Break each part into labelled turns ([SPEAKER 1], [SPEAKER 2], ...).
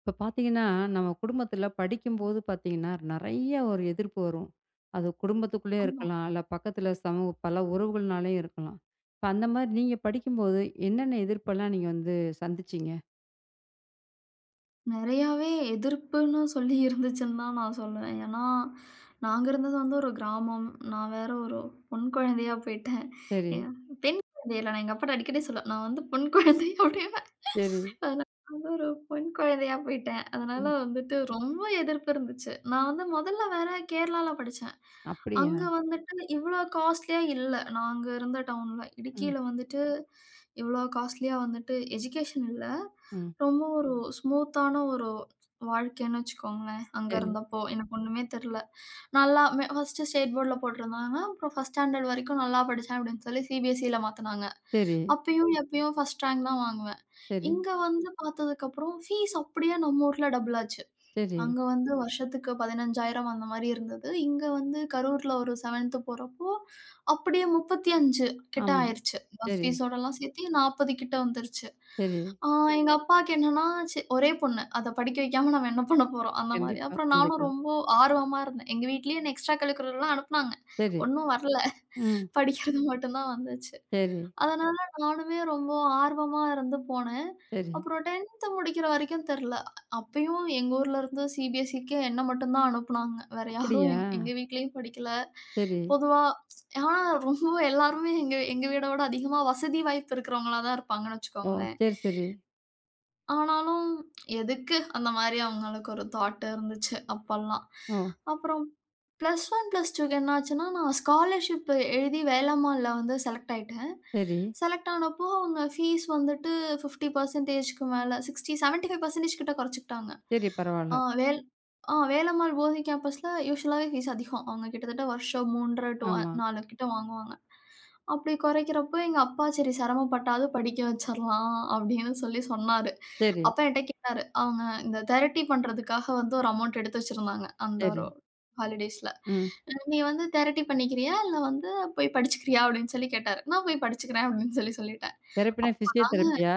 [SPEAKER 1] இப்போ பார்த்தீங்கன்னா, நம்ம குடும்பத்தில படிக்கும்போது பார்த்தீங்கன்னா, நெறைய ஒரு எதிர்ப்பு வரும். அது குடும்பத்துக்குள்ளேயே
[SPEAKER 2] ஆமா.
[SPEAKER 1] இருக்கலாம். இல்ல பக்கத்தில சமூக பல உறவுகள்னாலயும் இருக்கலாம். இப்ப அந்த மாரி நீங்க படிக்கும்போது என்னென்ன எதிர்ப்பெல்லாம் நீங்க வந்து சந்திச்சீங்க?
[SPEAKER 2] நெறையாவே எதிர்ப்புன்னு சொல்லி இருந்துச்சுன்னு தான் நான் சொல்லுவேன். ஏன்னா, நாங்க இருந்தது வந்து ஒரு கிராமம். நான் வேற ஒரு பொண் குழந்தையா போயிட்டேன்.
[SPEAKER 1] சரி,
[SPEAKER 2] எ பெண் குழந்தை இல்ல. நான் எங்க அப்பாட்ட அடிக்கடி சொல்லுவேன். நான் வந்து பொண் குழந்தை அப்படிம்பேன்.
[SPEAKER 1] சரி.
[SPEAKER 2] அதனால வந்து ஒரு பொண் குழந்தையா போயிட்டேன். அதனால
[SPEAKER 1] ம்.
[SPEAKER 2] வந்துட்டு ரொம்ப எதிர்ப்பு இருந்துச்சு. நான் வந்து முதல்ல வேற கேரளால படிச்சேன்.
[SPEAKER 1] அப்படியா?
[SPEAKER 2] அங்க வந்துட்டு இவ்ளோ காஸ்ட்லியா இல்ல. நாங்க இருந்த டவுன்ல.
[SPEAKER 1] ம்,
[SPEAKER 2] இடுக்கியில வந்துட்டு இவ்ளோ காஸ்ட்லியா வந்துட்டு எஜுகேஷன் இல்ல.
[SPEAKER 1] ம்.
[SPEAKER 2] ரொம்ப ஸ்மூத்தான ஒரு வாழ்க்கைன்னு வச்சுக்கோங்களேன். அங்க
[SPEAKER 1] சரி,
[SPEAKER 2] இருந்தப்போ எனக்கு ஒண்ணுமே தெரியல. நல்லா ஃபர்ஸ்ட்டு ஸ்டேட் போர்ட்ல போட்டிருந்தாங்க. அப்புறம் 1 ஸ்டாண்டர்ட் வரைக்கும் நல்லா படிச்சேன் அப்படின்னு சொல்லி சிபிஎஸ்இல மாத்துனாங்க.
[SPEAKER 1] சரி,
[SPEAKER 2] அப்பயும் எப்பயும் ஃபர்ஸ்ட் ரேங்க் தான் வாங்குவேன்.
[SPEAKER 1] சரி,
[SPEAKER 2] இங்க வந்து பார்த்ததுக்கப்புறம் ஃபீஸ் அப்படியே நம்ம ஊர்ல டபுள் ஆச்சு.
[SPEAKER 1] சரி.
[SPEAKER 2] அங்க வந்து வருஷத்துக்கு 15,000 அந்த மாரி இருந்தது. இங்க வந்து கரூர்ல ஒரு 7த் போறப்போ அப்படியே 35 கிட்ட
[SPEAKER 1] ஆமா.
[SPEAKER 2] ஆயிருச்சு. பஸ்
[SPEAKER 1] சரி,
[SPEAKER 2] ஃபீஸோடலாம் சேர்த்து 40 கிட்ட வந்துருச்சு.
[SPEAKER 1] சரி.
[SPEAKER 2] ஆ எங்க அப்பாவுக்கு என்னன்னா, சரி ஒரே பொண்ணு. அத படிக்க வைக்காம நம்ம என்ன பண்ண போறோம் அந்த மாரி.
[SPEAKER 1] கண்டிப்பா,
[SPEAKER 2] அப்புறம் நானும்
[SPEAKER 1] கண்டிப்பா.
[SPEAKER 2] ரொம்ப ஆர்வமா இருந்தேன். எங்க வீட்லயே என்ன எக்ஸ்ட்ரா கரிக்குலர்லாம் அனுப்புனாங்க.
[SPEAKER 1] சரி.
[SPEAKER 2] ஒண்ணும் வரல.
[SPEAKER 1] ம்.
[SPEAKER 2] படிக்கிறது மட்டும் தான் வந்துச்சு.
[SPEAKER 1] சரி,
[SPEAKER 2] அதனால நானுமே ரொம்ப ஆர்வமா இருந்து போனேன்.
[SPEAKER 1] சரி.
[SPEAKER 2] அப்புறம் 10த் முடிக்கிற வரைக்கும் தெர்ல. அப்பயும் எங்க ஊர்ல இருந்து சிபிஎஸ்சிக்கு என்ன மட்டும் தான் அனுப்புனாங்க. வேற யாரும்
[SPEAKER 1] அப்படியா?
[SPEAKER 2] எங்க வீட்லயும் படிக்கல.
[SPEAKER 1] சரி.
[SPEAKER 2] பொதுவா ஆனா ரொம்ப எல்லாருமே எங்க எங்க வீட விட அதிகமா வசதி வாய்ப்பு இருக்கிறவங்களா தான் இருப்பாங்கன்னு
[SPEAKER 1] ஓ!
[SPEAKER 2] வச்சுக்கோங்களேன்.
[SPEAKER 1] சரி, சரி.
[SPEAKER 2] ஆனாலும் எதுக்கு அந்த மாரி அவங்களுக்கு ஒரு தாட் இருந்துச்சு அப்பல்லாம்.
[SPEAKER 1] ஓ!
[SPEAKER 2] அப்புறம் பிளஸ் 1, பிளஸ் 2க்கு என்னாச்சுன்னா, நான் ஸ்காலர்ஷிப் எழுதி வேலம்மாள்ல வந்து செலக்ட் ஆயிட்டேன்.
[SPEAKER 1] சரி,
[SPEAKER 2] செலக்ட் ஆனப்போ அவங்க ஃபீஸ் வந்துட்டு 50% மேல 60, 75% கிட்ட குறைச்சுக்கிட்டாங்க.
[SPEAKER 1] சரி.
[SPEAKER 2] ஆ
[SPEAKER 1] பரவால்ல.
[SPEAKER 2] வேல் ஆ வேலம்மாள் போதி கேம்பஸ்ல யூசுவலாவே ஃபீஸ் அதிகம். அவங்க கிட்டத்தட்ட வருஷம் 3 1/2 டூ
[SPEAKER 1] ஆமா.
[SPEAKER 2] 4 கிட்ட வாங்குவாங்க. அப்படி குறைக்கிறப்போ எங்க அப்பா சரி சிரமப்பட்டாவது படிக்க வச்சிரலாம் அப்படின்னு சொல்லி சொன்னாரு.
[SPEAKER 1] சரி,
[SPEAKER 2] அப்பா என்ட்ட கேட்டாரு. அவங்க இந்த தெரபி பண்றதுக்காக வந்து ஒரு அமௌண்ட் எடுத்து வச்சிருந்தாங்க. அந்த
[SPEAKER 1] சரி.
[SPEAKER 2] ஒரு ஹாலிடேஸ்ல.
[SPEAKER 1] ம்.
[SPEAKER 2] "நீ வந்து தெரட்டி பண்ணிக்கிறியா? இல்ல வந்து போய் படிச்சுக்கிறியா?" அப்படின்னு சொல்லி கேட்டாரு. நான் போய் படிச்சுக்கிறேன் அப்படின்னு சொல்லி சொல்லிட்டேன்.
[SPEAKER 1] தெரப்பினா
[SPEAKER 2] அப்பதாங்க
[SPEAKER 1] ஃபிசியோதெரப்பியா?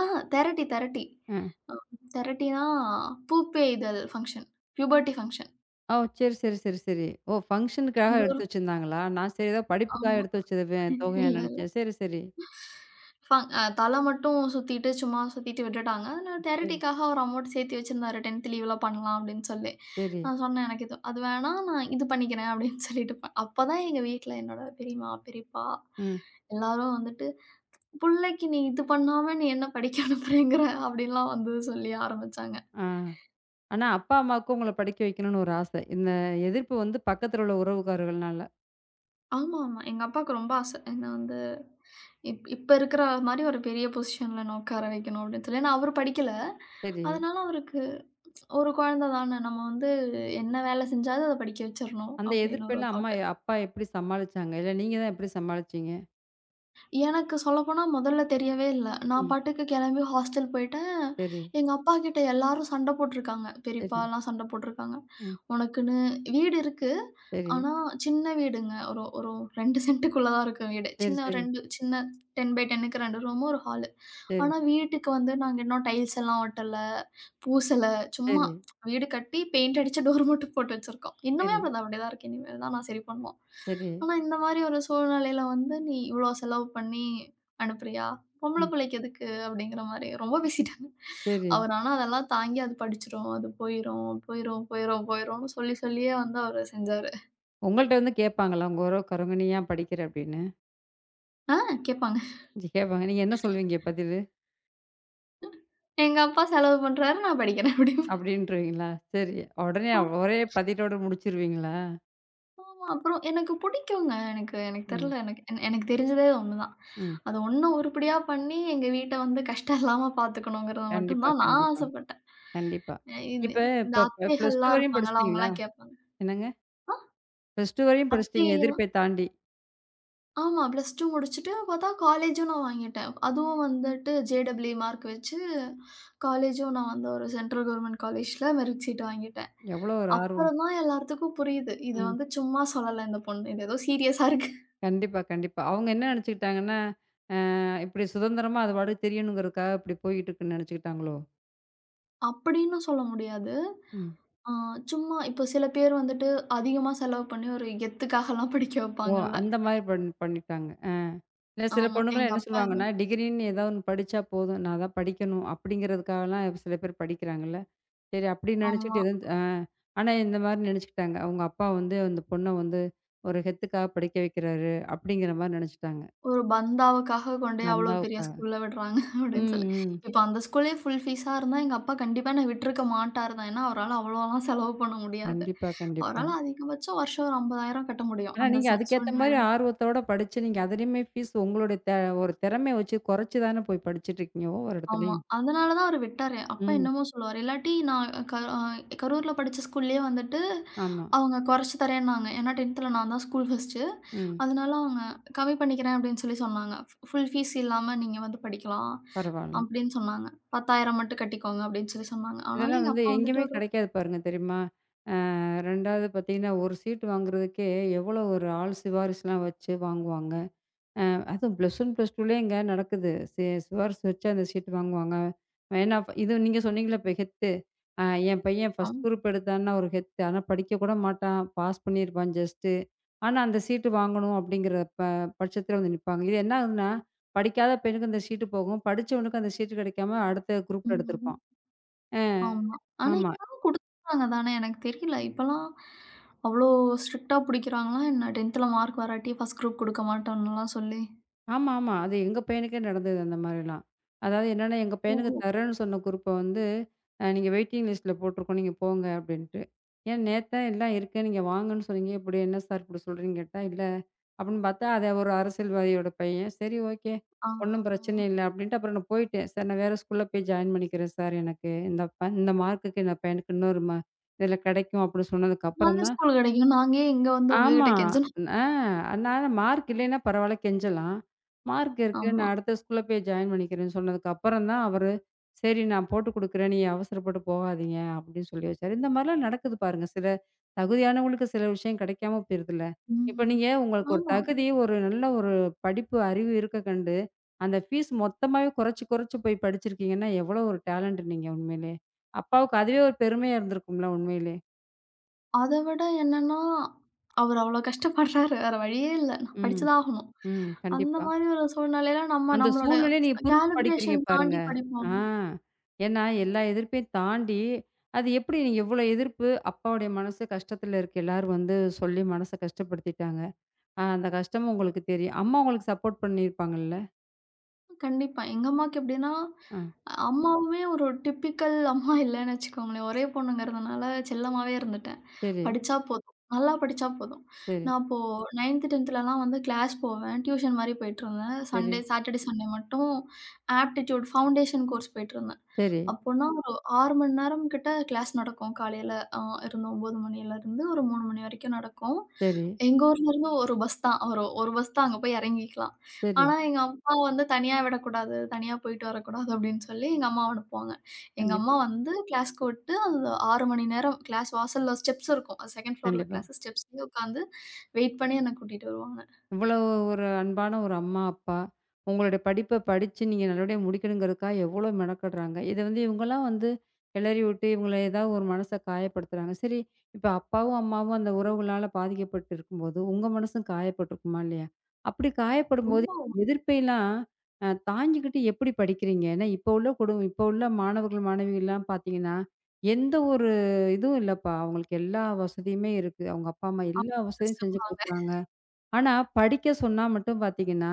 [SPEAKER 2] ஆஹா தெரட்டி தெரட்டி.
[SPEAKER 1] அ.
[SPEAKER 2] அ தெரட்டினா பூப்பேய்தல் ஃபங்ஷன். Puberty function.
[SPEAKER 1] ஓ! சரி, சரி, சரி, சரி. ஓ! ஃபங்ஷனுக்காக
[SPEAKER 2] எங்க ஊர்
[SPEAKER 1] எடுத்து வச்சிருந்தாங்களா? நான் சரி ஏதோ படிப்புக்காக
[SPEAKER 2] ஆமா.
[SPEAKER 1] எடுத்து வச்சது தொகையான்னு
[SPEAKER 2] இல்ல.
[SPEAKER 1] நெனச்சேன். சரி, சரி.
[SPEAKER 2] ஃப அ தல மட்டும் சுத்திட்டு, சும்மா சுத்திட்டு விட்டுட்டாங்க. நான்
[SPEAKER 1] சரி,
[SPEAKER 2] தியரிட்டிக்காக ஒரு அமௌண்ட் சேர்த்து வச்சிருந்தாரு. 10த் லீவ்ல பண்ணலாம் அப்படின்னு சொல்லி.
[SPEAKER 1] சரி.
[SPEAKER 2] நான் சொன்னேன், "எனக்கு இது அது வேணா, நான் இது பண்ணிக்கிறேன்" அப்படின்னு சொல்லிட்டு அப்பதான் எங்க வீட்ல என்னோட பெரியம்மா, பெரியப்பா
[SPEAKER 1] ம்.
[SPEAKER 2] எல்லாரும் வந்துட்டு, "புள்ளைக்கு நீ இது பண்ணாம நீ என்ன படிக்க அனுப்புறேங்கிற?" அப்படின்லாம் வந்து சொல்லி ஆரம்பிச்சாங்க.
[SPEAKER 1] ஆ. ஆனா அப்பா, அம்மாவுக்கும் உங்கள படிக்க வைக்கணும்னு ஒரு ஆசை. இந்த எதிர்ப்பு வந்து பக்கத்துல உள்ள உறவுக்காரர்கள்னால.
[SPEAKER 2] ஆமா, ஆமா. எங்க அப்பாவுக்கு ரொம்ப ஆசை. என்ன வந்து இப்ப இருக்கிற மாரி ஒரு பெரிய பொசிஷன்ல என்ன உட்கார வைக்கணும் அப்படின்னு சொல்லி. ஏன்னா அவரு படிக்கல.
[SPEAKER 1] சரி.
[SPEAKER 2] அதனால அவருக்கு ஒரு குழந்த தான. நம்ம வந்து என்ன வேலை செஞ்சாவது அத படிக்க வச்சிரணும்
[SPEAKER 1] அந்த
[SPEAKER 2] அப்படின்னு ஒரு
[SPEAKER 1] எதிர்ப்பெல்லாம் அம்மா
[SPEAKER 2] தாட்.
[SPEAKER 1] அப்பா எப்படி சமாளிச்சாங்க? இல்ல நீங்க தான் எப்படி சமாளிச்சீங்க?
[SPEAKER 2] எனக்கு சொல்லப்போனா முதல்ல தெரியவே இல்ல. நான்
[SPEAKER 1] ம்.
[SPEAKER 2] பாட்டுக்கு கிளம்பி ஹாஸ்டல் போயிட்டேன்.
[SPEAKER 1] சரி,
[SPEAKER 2] எங்க அப்பா கிட்ட எல்லாரும் சண்ட போட்டுருக்காங்க.
[SPEAKER 1] சரி.
[SPEAKER 2] பெரியப்பாலாம் சண்ட போட்டுருக்காங்க.
[SPEAKER 1] ம்.
[SPEAKER 2] "உனக்குன்னு வீடு இருக்கு.
[SPEAKER 1] சரி.
[SPEAKER 2] ஆனா, சின்ன வீடுங்க. ஒரு ஒரு 2 சென்ட்டுக்குள்ள தான் இருக்கும் வீடு.
[SPEAKER 1] சரி,
[SPEAKER 2] சின்ன
[SPEAKER 1] சரி,
[SPEAKER 2] 2 சின்ன 10 பை 10க்கு 2 ரூமு, ஒரு ஹாலு.
[SPEAKER 1] சரி,
[SPEAKER 2] ஆனா, வீட்டுக்கு வந்து நாங்க இன்னும் டைல்ஸ் எல்லாம் ஒட்டல, பூசல. சும்மா
[SPEAKER 1] சரி,
[SPEAKER 2] வீடு கட்டி பெயிண்ட் அடிச்சு டோர் மட்டும் போட்டு வச்சிருக்கோம்.
[SPEAKER 1] சரி,
[SPEAKER 2] இன்னுமே அப்படிதான் அப்படிதான் இருக்கு. இனிமேல் தான் நான் சரி பண்ணுவோம்.
[SPEAKER 1] சரி.
[SPEAKER 2] ஆனா, இந்த மாரி ஒரு சூழ்நிலையில வந்து, "நீ இவ்ளோ செலவு பண்ணி அனுப்புறியா? பொம்பள
[SPEAKER 1] ம்.
[SPEAKER 2] புள்ளைக்கு எதுக்கு?" அப்படிங்கிற மாரி ரொம்ப பேசிட்டாங்க.
[SPEAKER 1] சரி.
[SPEAKER 2] அவர் ஆனா அதெல்லாம் தாங்கி, "அது படிச்சுரும், அது போயிரும், போயிரும், போயிரும், போயிரும்ன்னு" சொல்லி சொல்லியே வந்து அவரு செஞ்சாரு.
[SPEAKER 1] உங்கள்ட்ட வந்து கேட்பாங்களா? உங்க உறவுக்காரவங்க, "நீ ஏன் படிக்கிற?" அப்படின்னு.
[SPEAKER 2] ஆ கேட்பாங்க.
[SPEAKER 1] கேட்பாங்க. நீங்க என்ன சொல்வீங்க பதிலு?
[SPEAKER 2] எங்க அப்பா செலவு பண்றாரு, நான் படிக்கிறேன் அப்படிம்பேன்.
[SPEAKER 1] அப்படின்ருவீங்களா? சரி. உடனே ஒரே பதிலோட முடிச்சிருவீங்களா?
[SPEAKER 2] ஆமாமா. அப்புறம் எனக்கு பிடிக்குங்க. எனக்கு எனக்கு
[SPEAKER 1] ம்.
[SPEAKER 2] தெரியல. எனக்கு தெரிஞ்சதே ஒண்ணுதான்.
[SPEAKER 1] ம்.
[SPEAKER 2] அது ஒண்ணு உருப்படியா பண்ணி, எங்க வீட்ட வந்து கஷ்டம் இல்லாம பார்த்துக்கணுங்கிறது மட்டும்
[SPEAKER 1] கண்டிப்பா,
[SPEAKER 2] தான் நான்
[SPEAKER 1] கண்டிப்பா,
[SPEAKER 2] ஆசைப்பட்டேன்.
[SPEAKER 1] கண்டிப்பா.
[SPEAKER 2] அ இது
[SPEAKER 1] இப்ப
[SPEAKER 2] இந்த
[SPEAKER 1] இப்ப பிளஸ் 2
[SPEAKER 2] அத்தைகள்லாம்
[SPEAKER 1] வரையும்
[SPEAKER 2] இருப்பாங்கல்ல,
[SPEAKER 1] படிச்சிட்டீங்களா?
[SPEAKER 2] அவங்கலாம் கேட்பாங்க.
[SPEAKER 1] என்னங்க? பிளஸ் 2 வரையும் படிச்சிட்டீங்க,
[SPEAKER 2] அத்தைலாம்
[SPEAKER 1] எதிர்ப்பை தாண்டி.
[SPEAKER 2] ஆமா. +2 முடிச்சுட்டு பார்த்தா காலேஜும் நான் வாங்கிட்டேன். அதுவும் வந்துட்டு ஜேடபிள்யூ மார்க் வச்சு காலேஜும் நான் வந்து ஒரு சென்ட்ரல் கவர்மெண்ட் காலேஜ்ல மெரிட் சீட் வாங்கிட்டேன்.
[SPEAKER 1] எவ்வளோ ஒரு ஆர்வம்.
[SPEAKER 2] அப்புறம் தான் எல்லாத்துக்கும் புரியுது. இத
[SPEAKER 1] ம்.
[SPEAKER 2] வந்து சும்மா சொல்லல இந்த பொண்ணு. இது ஏதோ சீரியஸா இருக்கு.
[SPEAKER 1] கண்டிப்பா, கண்டிப்பா. அவங்க என்ன நெனச்சுக்கிட்டாங்கன்னா, இப்படி சுதந்திரமா அது பாட்டுக்கு திரியணுங்கிறதுக்காக இப்படி போயிட்டுருக்குன்னு நெனச்சுக்கிட்டாங்களோ?
[SPEAKER 2] அப்படின்னு சொல்ல முடியாது.
[SPEAKER 1] ம்.
[SPEAKER 2] ஆ சும்மா இப்போ சில பேர் வந்துட்டு அதிகமா செலவு பண்ணி ஒரு கெத்துக்காகலாம் படிக்க
[SPEAKER 1] ஓ!
[SPEAKER 2] வைப்பாங்கல்ல.
[SPEAKER 1] அந்த மாரி பண்ணிட்டாங்க. ஆ. இல்ல சில
[SPEAKER 2] ஆமா.
[SPEAKER 1] பொண்ணுங்கலாம்
[SPEAKER 2] எங்க
[SPEAKER 1] என்ன
[SPEAKER 2] அப்பா
[SPEAKER 1] சொல்லுவாங்கன்னா,
[SPEAKER 2] எதுவும்
[SPEAKER 1] டிகிரின்னு ஏதோ ஒண்ணு படிச்சா போதும். நான் அதான் படிக்கணும் அப்படிங்கிறதுக்காகலாம் சில பேர் படிக்கிறாங்கல்ல. சரி அப்படின்னு நினைச்சுட்டு
[SPEAKER 2] ஆமா.
[SPEAKER 1] எதுவும் ஆனா இந்த மாரி நினைச்சுக்கிட்டாங்க. அவங்க அப்பா வந்து அந்த பொண்ண வந்து ஒரு ஹெத்துக்காக படிக்க வைக்கிறாரு அப்படிங்கிற மாரி நினைச்சுட்டாங்க.
[SPEAKER 2] ஒரு பந்தாவுக்காக கொண்டு போய் அவ்வளோ பெரிய
[SPEAKER 1] தந்தாவுக்காக.
[SPEAKER 2] ஸ்கூல்ல விடுறாங்க அப்படின்னு
[SPEAKER 1] ம்,
[SPEAKER 2] சொல்லி.
[SPEAKER 1] ம்.
[SPEAKER 2] இப்ப அந்த ஸ்கூலே ஃபுல் ஃபீஸா இருந்தா எங்க அப்பா கண்டிப்பா என்ன விட்டுருக்க மாட்டாரு தான். ஏன்னா, அவரால அவ்வளோலாம் செலவு பண்ண முடியாது.
[SPEAKER 1] கண்டிப்பா, கண்டிப்பா.
[SPEAKER 2] அவரால அதிகபட்சம் வருஷம் ஒரு 50,000 கட்ட முடியும்.
[SPEAKER 1] ஆனா
[SPEAKER 2] அந்த
[SPEAKER 1] நீங்க அதுக்கேத்த
[SPEAKER 2] சூழ்நிலை
[SPEAKER 1] மாரி ஆர்வத்தோட படிச்சு நீங்க அதிலயுமே ஃபீஸ் உங்களுடைய ஒரு திறமைய வச்சு குறைச்சு தானே போய் படிச்சுட்டு இருக்கீங்க ஒவ்வொரு
[SPEAKER 2] ஆமா.
[SPEAKER 1] இடத்துலயும்.
[SPEAKER 2] அதனால தான் அவரு விட்டாரு. அப்பா
[SPEAKER 1] ம்.
[SPEAKER 2] என்னமோ சொல்லுவாரு. இல்லாட்டி நான் க அ கரூர்ல படிச்ச ஸ்கூல்லயே வந்துட்டு
[SPEAKER 1] ஆமா.
[SPEAKER 2] அவங்க கொறைச்சு தரேன்னாங்க. ஏன்னா 10த்ல நான் தான் ஸ்கூல் ஃபர்ஸ்ட்டு.
[SPEAKER 1] ம்.
[SPEAKER 2] அதனால அவங்க கம்மி பண்ணிக்கிறேன் அப்படின்னு சொல்லி சொன்னாங்க. ஃபுல் ஃபீஸ் இல்லாம நீங்க வந்து படிக்கலாம்
[SPEAKER 1] பரவால்ல.
[SPEAKER 2] அப்படின்னு சொன்னாங்க. 10,000 மட்டும் கட்டிக்கோங்க அப்படின்னு சொல்லி சொன்னாங்க. ஆனாலும்
[SPEAKER 1] இதெல்லாம்
[SPEAKER 2] எங்க
[SPEAKER 1] வந்து
[SPEAKER 2] அப்பா வந்துட்டு
[SPEAKER 1] எங்கேயுமே
[SPEAKER 2] ஒரு
[SPEAKER 1] கிடைக்காது பாருங்க தெரியுமா? 2வது பார்த்தீங்கன்னா, ஒரு சீட் வாங்குறதுக்கே எவ்வளோ ஒரு ஆள் சிபாரிசுலாம் வச்சு வாங்குவாங்க. அதுவும் ப்ளஸ் ஒன், ப்ளஸ் டூலேயேங்க நடக்குது. சிபாரிசு வச்சு அந்த சீட் வாங்குவாங்க. ஏன்னா, அப்ப இது நீங்க சொன்னீங்கள்ல இப்ப ஹெத்து. அ என் பையன் ஃபர்ஸ்ட்
[SPEAKER 2] அம்
[SPEAKER 1] குரூப் எடுத்தான்னா ஒரு ஹெத்து. ஆனா படிக்க கூட மாட்டான். பாஸ் பண்ணியிருப்பான் ஜஸ்ட்டு. ஆனா அந்த சீட்டு வாங்கணும் அப்படிங்கிற பட்சத்தில வந்து நிப்பாங்க. இது என்ன ஆகுதுன்னா, படிக்காத பையனுக்கு அந்த சீட்டு போகும். படிச்சவனுக்கு அந்த சீட்டு கிடைக்காம அடுத்த குரூப்ல
[SPEAKER 2] ம்.
[SPEAKER 1] எடுத்திருப்பான். அ
[SPEAKER 2] ஆமா. ஆனா
[SPEAKER 1] ஆமா.
[SPEAKER 2] இப்பலாம் குடுத்துட்டாங்க தானே! எனக்கு தெரியல. இப்பலாம் அவ்ளோ ஸ்ட்ரிக்ட்டா புடிக்கிறாங்களா என்ன? 10த்ல மார்க் வராட்டி ஃபர்ஸ்ட் குரூப் குடுக்க மாட்டோம்ன்னுலாம் சொல்லி.
[SPEAKER 1] ஆமா, ஆமா. அது எங்க பையனுக்கே நடந்தது அந்த மாரிலாம். அதாவது என்னன்னா, எங்க பையனுக்கு தர்றேன்னு சொன்ன குரூப்ப வந்து, நீங்க வெயிட்டிங் லிஸ்ட்ல போட்டுருக்கோம். நீங்க போங்க அப்டின்ட்டு. ஏன் நேத்தான் எல்லாம் இருக்கு. நீங்க வாங்கன்னு சொன்னீங்க. இப்டி என்ன சார் இப்டி சொல்றீங்கன்னு கேட்டா, இல்ல அப்டின்னு பார்த்தா, அது ஒரு அரசியல்வாதியோட பையன். சரி, ஓகே.
[SPEAKER 2] ஆ.
[SPEAKER 1] ஒண்ணும் பிரச்சனை இல்ல அப்டின்ட்டு அப்புறம் நான் போயிட்டேன். சார் நான் வேற ஸ்கூல்ல போய் ஜாயின் பண்ணிக்கிறேன் சார் எனக்கு. இந்த இந்த மார்க்குக்கு என் பையனுக்கு இன்னொரு ம இதுல கெடைக்கும் அப்டின்னு
[SPEAKER 2] நல்ல
[SPEAKER 1] சொன்னதுக்கப்புறம் தான்
[SPEAKER 2] ஸ்கூல் கிடைக்கும். நாங்க ஏன் இங்க வந்து உங்க
[SPEAKER 1] ஆமா.
[SPEAKER 2] கிட்ட கெஞ்சணும்?
[SPEAKER 1] ஆ அதனால மார்க் இல்லைன்னா பரவால்ல கெஞ்சலாம். மார்க் இருக்கு.
[SPEAKER 2] ஆமா.
[SPEAKER 1] நான் அடுத்த ஸ்கூல்ல போய் ஜாயின் பண்ணிக்கிறேன்னு சொன்னதுக்கு அப்புறம் தான் அவரு, சரி நான் போட்டு குடுக்குறேன். நீங்க அவசரப்பட்டு போகாதீங்க அப்படின்னு சொல்லி வச்சாரு. இந்த மாரிலாம் நடக்குது பாருங்க. சில தகுதியானவங்களுக்கு சில விஷயம் கிடைக்காம போயிருதுல்ல. இப்ப
[SPEAKER 2] ம்.
[SPEAKER 1] நீங்க உங்களுக்கு ஒரு
[SPEAKER 2] ஆமா.
[SPEAKER 1] தகுதி, ஒரு நல்ல ஒரு படிப்பு அறிவு இருக்க கண்டு, அந்த ஃபீஸ் மொத்தமாவே குறைச்சு, குறைச்சு போய் படிச்சிருக்கீங்கன்னா, எவ்வளோ ஒரு டேலண்ட் நீங்க உண்மையிலே. அப்பாவுக்கு அதுவே ஒரு பெருமையா இருந்திருக்கும்ல உண்மையிலே.
[SPEAKER 2] அத விட என்னன்னா, அவரு அவ்ளோ கஷ்டப்படுறாரு. வேற வழியே இல்ல. நான்
[SPEAKER 1] ம்,
[SPEAKER 2] படிச்சுதான் ஆகணும்.
[SPEAKER 1] ம்.
[SPEAKER 2] அந்த
[SPEAKER 1] கண்டிப்பா.
[SPEAKER 2] மாரி ஒரு சூழ்நிலையில நம்ம
[SPEAKER 1] அந்த
[SPEAKER 2] நம்மளோட
[SPEAKER 1] சூழ்நிலைய நீங்க புரிஞ்சு படிக்கிறீங்க
[SPEAKER 2] கேலிப்ரேஷன்
[SPEAKER 1] பாருங்க.
[SPEAKER 2] தாண்டி
[SPEAKER 1] ஆ.
[SPEAKER 2] படிப்போம்ல.
[SPEAKER 1] ஏன்னா, எல்லா எதிர்ப்பையும் தாண்டி, அது எப்படி நீங்க இவ்வளோ எதிர்ப்பு, அப்பாவுடைய மனசு கஷ்டத்துல இருக்கு. எல்லாரும் வந்து சொல்லி மனச கஷ்டப்படுத்திட்டாங்க. அந்த கஷ்டமும் உங்களுக்கு தெரியும். அம்மா உங்களுக்கு சப்போர்ட் பண்ணியிருப்பாங்கள்ல?
[SPEAKER 2] கண்டிப்பா. எங்க அம்மாக்கு எப்படின்னா,
[SPEAKER 1] ஆ.
[SPEAKER 2] அம்மாவுமே ஒரு டிப்பிக்கல் அம்மா இல்லன்னு வச்சுக்கோங்களேன். ஒரே பொண்ணுங்கிறதுனால செல்லமாவே இருந்துட்டா.
[SPEAKER 1] சரி,
[SPEAKER 2] படிச்சா போதும். நல்லா படிச்சா போதும்.
[SPEAKER 1] சரி,
[SPEAKER 2] நான் அப்போ 9த், 10த்லலாம் வந்து கிளாஸ் போவேன். டியூஷன் மாரி போயிட்டுருந்தேன்.
[SPEAKER 1] சரி,
[SPEAKER 2] சண்டே மட்டும் ஆப்டிட்யூட் ஃபவுண்டேஷன் கோர்ஸ் போயிட்டுருந்தேன்.
[SPEAKER 1] சரி,
[SPEAKER 2] அப்போனா ஒரு 6 மணி நேரம் கிட்ட கிளாஸ் நடக்கும். காலையில அ இருந்து 9 மணியிலருந்து ஒரு 3 மணி வரைக்கும் நடக்கும்.
[SPEAKER 1] சரி,
[SPEAKER 2] எங்க ஊர்லருந்து ஒரு பஸ் தான் வரும். ஒரு பஸ் தான் அங்க போய் இறங்கிக்கலாம்.
[SPEAKER 1] சரி.
[SPEAKER 2] ஆனா எங்க அப்பா வந்து தனியா விடக்கூடாது. தனியா போயிட்டு வரக்கூடாது அப்படின்னு சொல்லி எங்க அம்மாவ அனுப்புவாங்க. எங்க
[SPEAKER 1] கண்டிப்பா,
[SPEAKER 2] அம்மா வந்து கிளாஸ்க்கு விட்டு, அந்த 6 மணி நேரம் கிளாஸ் வாசல்ல ஸ்டெப்ஸ் இருக்கும். அது 2ண்ட் ஃப்ளோர்ல
[SPEAKER 1] கண்டிப்பா.
[SPEAKER 2] கிளாஸ் ஸ்டெப்ஸ்லயே உட்காந்து வெயிட் பண்ணி என்ன கூட்டிட்டு வருவாங்க.
[SPEAKER 1] இவ்வளவு ஒரு அன்பான ஒரு அம்மா, அப்பா. உங்களுடைய படிச்சு நீங்க நல்லபடியா முடிக்கணுங்கிறதுக்காக எவ்வளோ மெனக்கட்றாங்க. இத வந்து இவங்கலாம் வந்து கிளறி விட்டு, இவங்கள ஏதாவது ஒரு மனச காயப்படுத்துறாங்க. சரி, இப்ப அப்பாவும், அம்மாவும் அந்த உறவுகளால பாதிக்கப்பட்டு இருக்கும்போது, உங்க மனசும் காயப்பட்டுருக்குமா இல்லையா? அப்படி காயப்படும்போது
[SPEAKER 2] ரொம்ப
[SPEAKER 1] எதிர்ப்பைலாம் தாங்கிக்கிட்டு எப்படி படிக்கிறீங்க? ஏன்னா, இப்போ உள்ள மாணவர்கள், மாணவிகள்லாம் பார்த்தீங்கன்னா, எந்த ஒரு இதுவும் இல்லப்பா. அவங்களுக்கு எல்லா வசதியுமே இருக்கு. அவங்க அப்பா, அம்மா எல்லா
[SPEAKER 2] ஸ்ட்ரெஸ்
[SPEAKER 1] வசதியும் செஞ்சு
[SPEAKER 2] தருவாங்க.
[SPEAKER 1] குடுக்குறாங்க. ஆனா, படிக்க சொன்னா மட்டும் பார்த்தீங்கன்னா,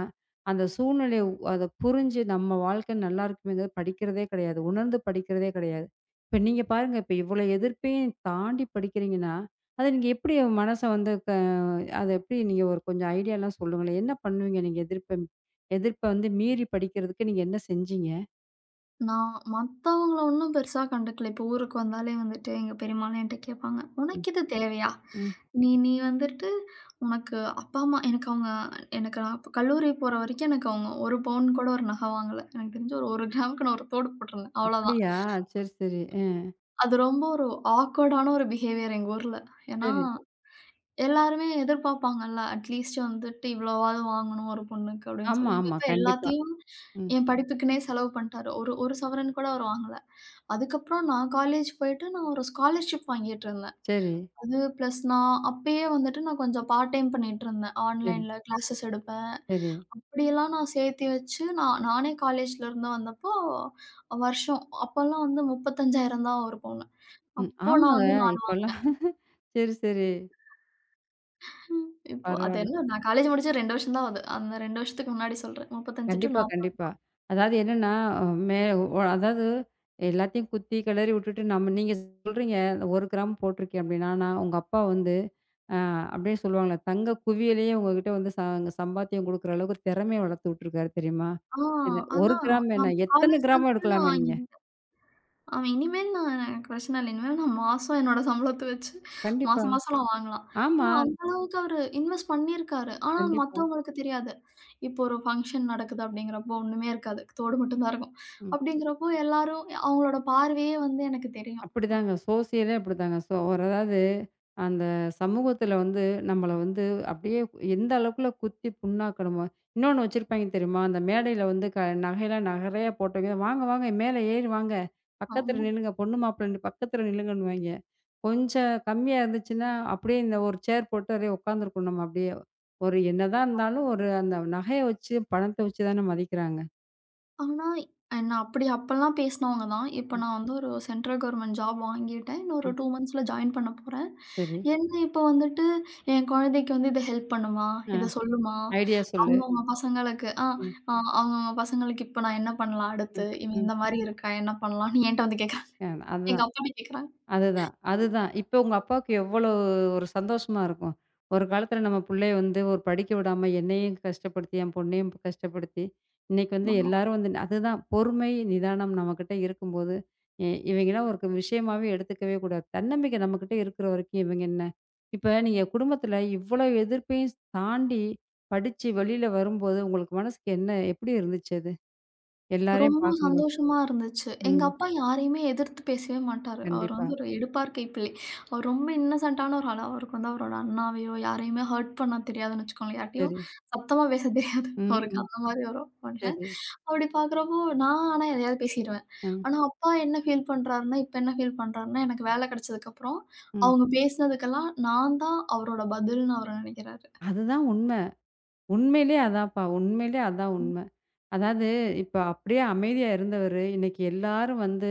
[SPEAKER 1] அந்த சூழ்நிலைய அத புரிஞ்சு நம்ம வாழ்க்கை நல்லா இருக்குமேங்கிறது படிக்கிறதே கிடையாது. உணர்ந்து படிக்கிறதே கிடையாது. இப்ப நீங்க பாருங்க, இப்ப இவ்வளோ எதிர்ப்பையும் தாண்டி படிக்கிறீங்கன்னா, அத நீங்க எப்படி மனச வந்து க அத எப்படி நீங்க ஒரு கொஞ்சம் ஐடியாலாம் சொல்லுங்களேன். என்ன பண்ணுவீங்க நீங்க எதிர்ப்ப எதிர்ப்ப வந்து மீறி படிக்கிறதுக்கு நீங்க என்ன செஞ்சீங்க?
[SPEAKER 2] நான் மத்தவங்கள ஒண்ணும் பெருசா கண்டுக்கல. இப்போ ஊருக்கு வந்தாலே வந்துட்டு எங்க பெரியம்மாலாம் என்ட்ட கேட்பாங்க,
[SPEAKER 1] ம்,
[SPEAKER 2] "உனக்கு இது தேவையா?
[SPEAKER 1] ம்.
[SPEAKER 2] நீ நீ வந்துட்டு உனக்கு அப்பா, அம்மா" எனக்கு அவங்க நான் அப்ப கல்லூரி போற வரைக்கும் எனக்கு அவங்க 1 பவுன் கூட ஒரு நகை வாங்கல. எனக்கு தெரிஞ்சு ஒரு 1 கிராமுக்கு நான் ஒரு தோடு போட்டிருந்தேன். அவ்வளோதான்.
[SPEAKER 1] அப்படியா? சரி, சரி.
[SPEAKER 2] அது ரொம்ப ஒரு ஆக்வர்டான ஒரு பிஹேவியர் எங்க ஊர்ல. ஏன்னா
[SPEAKER 1] சரி.
[SPEAKER 2] எல்லாருமே எதிர்பார்ப்பாங்கல்ல. அட்லீஸ்ட் வந்துட்டு இவ்வளவாவது வாங்கணும் ஒரு பொண்ணுக்கு அப்படின்னு
[SPEAKER 1] ஆமா,
[SPEAKER 2] சொல்லி, எங்க
[SPEAKER 1] ஆமா.
[SPEAKER 2] அப்பா
[SPEAKER 1] கண்டிப்பா.
[SPEAKER 2] எல்லாத்தையும்
[SPEAKER 1] ம்.
[SPEAKER 2] என் படிப்புக்குன்னே செலவு பண்ணிட்டாரு. ஒரு ஒரு சவரன் கூட அவர் வாங்கல. அதுக்கப்புறம் நான் காலேஜ் போயிட்டு நான் ஒரு ஸ்காலர்ஷிப் வாங்கிட்டு இருந்தேன்.
[SPEAKER 1] சரி,
[SPEAKER 2] அது பிளஸ் நான் அப்பயே வந்துட்டு நான் கொஞ்சம் பார்ட் டைம் பண்ணிட்டு இருந்தேன்.
[SPEAKER 1] சரி,
[SPEAKER 2] ஆன்லைன்ல கிளாஸஸ் எடுப்பேன்.
[SPEAKER 1] சரி.
[SPEAKER 2] அப்படியெல்லாம் நான் சேர்த்து வச்சு நானே காலேஜ்ல இருந்து வந்தப்போ, வருஷம் அப்போலாம் வந்து 35,000 தான் ஒரு பவுனு.
[SPEAKER 1] ம்.
[SPEAKER 2] அப்போ நான்
[SPEAKER 1] ஆமாங்க.
[SPEAKER 2] வந்து நான்
[SPEAKER 1] இப்பல்லாம் சரி, சரி.
[SPEAKER 2] ம். இப்போ அது
[SPEAKER 1] பரவால்ல.
[SPEAKER 2] என்ன நான் காலேஜ் முடிச்சு 2 வருஷம் தான் ஆகுது. அந்த 2 வருஷத்துக்கு முன்னாடி சொல்றேன். 35 டூ
[SPEAKER 1] கண்டிப்பா,
[SPEAKER 2] 40
[SPEAKER 1] கண்டிப்பா. அதாவது என்னன்னா, மே ஒ அதாவது எல்லாத்தையும் குத்தி கிளறி விட்டுட்டு நம்ம நீங்க சொல்றீங்க, 1 கிராம் போட்டிருக்கேன் அப்டின்னு. ஆனா உங்க அப்பா வந்து அ அப்டியே சொல்லுவாங்கல்ல, தங்க குவியலையே உங்ககிட்ட வந்து சம்பாத்தியம் குடுக்குற அளவுக்கு திறமைய வளர்த்து விட்டுருக்காரு தெரியுமா?
[SPEAKER 2] ஆ
[SPEAKER 1] இது 1
[SPEAKER 2] அதான் நான்
[SPEAKER 1] கிராம் என்ன,
[SPEAKER 2] அப்ப
[SPEAKER 1] எத்தன
[SPEAKER 2] காலேஜ்
[SPEAKER 1] கிராமோ
[SPEAKER 2] சேர்ந்தப்பயே நான்
[SPEAKER 1] எடுக்கலாமே நீங்க.
[SPEAKER 2] வாங்கிக்கிட்டேன். அவன் இனிமேல் நான் எனக்கு பிரச்சனை இல்ல. இனிமேல் நான் மாசம் என்னோட சம்பளத்த வச்சு
[SPEAKER 1] கண்டிப்பா.
[SPEAKER 2] மாசம் மாசம் நான் வாங்கலாம்.
[SPEAKER 1] ஆமா,
[SPEAKER 2] ஆனா அந்த அளவுக்கு அவரு இன்வெஸ்ட் பண்ணியிருக்காரு. ஆனா
[SPEAKER 1] கண்டிப்பா.
[SPEAKER 2] மத்தவங்களுக்கு தெரியாது. இப்போ ஒரு ஃபங்ஷன் நடக்குது அப்படிங்கிறப்போ ஒண்ணுமே இருக்காது. தோடு மட்டும் தான் இருக்கும். அப்படிங்கிறப்போ எல்லாரும் அவங்களோட பார்வையே வந்து எனக்கு தெரியும்.
[SPEAKER 1] அப்படிதாங்க. சோசியலே அப்படிதாங்க. சோ ஒரு அதாவது அந்த சமூகத்தில வந்து நம்மள வந்து அப்படியே எந்த அளவுக்குள்ள குத்தி புண்ணாக்கணுமோ இன்னொன்னு வச்சிருப்பாய்ங்க தெரியுமா? அந்த மேடையில வந்து நகையெல்லாம் நகரையா போட்டவங்க, "வாங்க, வாங்க மேல ஏறி வாங்க. பக்கத்துல
[SPEAKER 2] ஆமா.
[SPEAKER 1] நில்லுங்க. பொண்ணு மாப்பிள்ளை பக்கத்துல நில்லுங்கன்னுவாய்ங்க." கொஞ்சம் கம்மியா இருந்துச்சுன்னா, அப்படியே இந்த ஒரு சேர் போட்டு அப்படியே உட்காந்துருக்கணும் நம்ம அப்படியே. ஒரு என்னதான் இருந்தாலும் ஒரு அந்த நகைய வச்சு, பணத்த வச்சு தானே மதிக்கிறாங்க.
[SPEAKER 2] ஆனா, என்ன அப்படி அப்பல்லாம் பேசினவங்க தான். இப்போ
[SPEAKER 1] ம்,
[SPEAKER 2] நான் வந்து ஒரு சென்ட்ரல் கவர்ன்மென்ட் ஜாப் வாங்கிட்டேன். இன்னும் ஒரு
[SPEAKER 1] ம்.
[SPEAKER 2] 2 மந்த்ஸ்ல ஜாயின் பண்ண போறேன்.
[SPEAKER 1] சரி.
[SPEAKER 2] என்ன இப்போ வந்துட்டு என் குழந்தைக்கு வந்து இத ஹெல்ப் பண்ணுமா?
[SPEAKER 1] ஆ
[SPEAKER 2] இத சொல்லுமா?
[SPEAKER 1] ஐடியா சொல்லு.
[SPEAKER 2] அவங்கவங்க பசங்களுக்கு ஆ
[SPEAKER 1] ம்,
[SPEAKER 2] அ அவங்கவங்க பசங்களுக்கு இப்போ நான் என்ன பண்ணலாம்
[SPEAKER 1] ம்,
[SPEAKER 2] அடுத்து? இவன்
[SPEAKER 1] ம்.
[SPEAKER 2] இந்த மாரி இருக்கான் என்ன பண்ணலாம்ன்னு என்ட்ட வந்து கேட்கறாங்க.
[SPEAKER 1] அ
[SPEAKER 2] எங்க
[SPEAKER 1] அதுதான்.
[SPEAKER 2] அப்பாட்ட கேட்கறாங்க.
[SPEAKER 1] அதுதான், அதுதான். இப்ப உங்க அப்பாவுக்கு எவ்வளோ ஒரு சந்தோஷமா இருக்கும். ஒரு காலத்தில நம்ம புள்ளைய வந்து ஒரு படிக்க விடாம என்னையும் கஷ்டப்படுத்தி, என் பொண்ணையும் கஷ்டப்படுத்தி, இன்னைக்கு வந்து எல்லாரும் வந்து அதுதான் பொறுமை, நிதானம் நம்மகிட்ட இருக்கும்போது, இவைங்கலாம் ஒரு விஷயமாவே எடுத்துக்கவே கூடாது. தன்னம்பிக்கை நம்மகிட்ட இருக்கிற வரைக்கும் இவங்க என்ன? இப்ப நீங்க குடும்பத்தில இவ்வளோ எதிர்ப்பையும் தாண்டி படிச்சு வெளியில வரும்போது, உங்களுக்கு மனசுக்கு என்ன எப்படி இருந்துச்சு அது? எல்லாரையும்
[SPEAKER 2] ரொம்ப
[SPEAKER 1] பார்க்கும்போது?
[SPEAKER 2] சந்தோஷமா இருந்துச்சு. எங்க
[SPEAKER 1] ம்.
[SPEAKER 2] அப்பா யாரையுமே எதிர்த்து பேசவே மாட்டாரு. அவர்
[SPEAKER 1] கண்டிப்பா.
[SPEAKER 2] வந்து ஒரு எடுப்பார் கைப்பிள்ளை. அவர் ரொம்ப இன்னசென்ட்டான ஒரு ஆளு. அவருக்கு வந்து அவரோட அண்ணாவையோ, யாரையுமே ஹர்ட் பண்ண தெரியாதுன்னு வச்சுக்கோங்களேன். யார்ட்டயும்
[SPEAKER 1] சரி.
[SPEAKER 2] சத்தமா பேச தெரியாது.
[SPEAKER 1] ம்,
[SPEAKER 2] அவருக்கு
[SPEAKER 1] ம்.
[SPEAKER 2] அந்த மாரி ஒரு மனுஷன்.
[SPEAKER 1] சரி.
[SPEAKER 2] அப்படி பார்க்குறப்போ நான் ஆனா எதையாவது பேசிருவேன்.
[SPEAKER 1] ம்.
[SPEAKER 2] ஆனா அப்பா என்ன ஃபீல் பண்றாருன்னா, இப்ப என்ன ஃபீல் பண்றாருன்னா, எனக்கு வேலை கிடைச்சதுக்கப்புறம்,
[SPEAKER 1] ம்.
[SPEAKER 2] அவங்க பேசினதுக்கெல்லாம் நான் தான் அவரோட பதில்ன்னு அவரு நெனைக்கிறாரு.
[SPEAKER 1] அதுதான் உண்ம. உண்மையிலே அதான்ப்பா. உண்மையிலே அதான் உண்ம. அதாவது இப்ப அப்படியே அமைதியா இருந்தவரு, இன்னைக்கு எல்லாரும் வந்து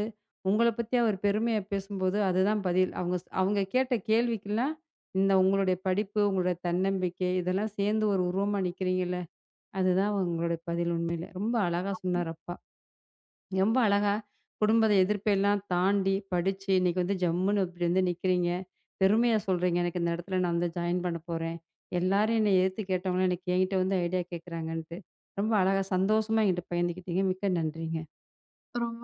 [SPEAKER 1] உங்கள பத்தி அவர் பெருமையா பேசும்போது, அதுதான் பதில். அவங்க கேட்ட கேள்விக்கெல்லாம், இந்த உங்களுடைய படிப்பு, உங்களுடைய தன்னம்பிக்கை இதெல்லாம் சேர்ந்து ஒரு உருவமா நிக்கிறீங்கல்ல, அதுதான் உங்களுடைய பதில் உண்மையிலே. ரொம்ப அழகா சொன்னார் அப்பா. ரொம்ப அழகா குடும்பத்த எதிர்ப்பெல்லாம் தாண்டி படிச்சு, இன்னைக்கு வந்து ஜம்முன்னு இப்படி வந்து நிக்கிறீங்க. பெருமையா சொல்றீங்க. எனக்கு இந்த இடத்துல நான் வந்து ஜாயின் பண்ண போறேன். எல்லாரும் என்னை எதிர்த்து கேட்டவங்கலாம் எனக்கு என்கிட்ட வந்து ஐடியா கேட்குறாங்கன்ட்டு. ரொம்ப அழகா சந்தோஷமா என்கிட்ட பகிர்ந்துக்கிட்டீங்க. மிக்க நன்றிங்க.
[SPEAKER 2] ரொம்ப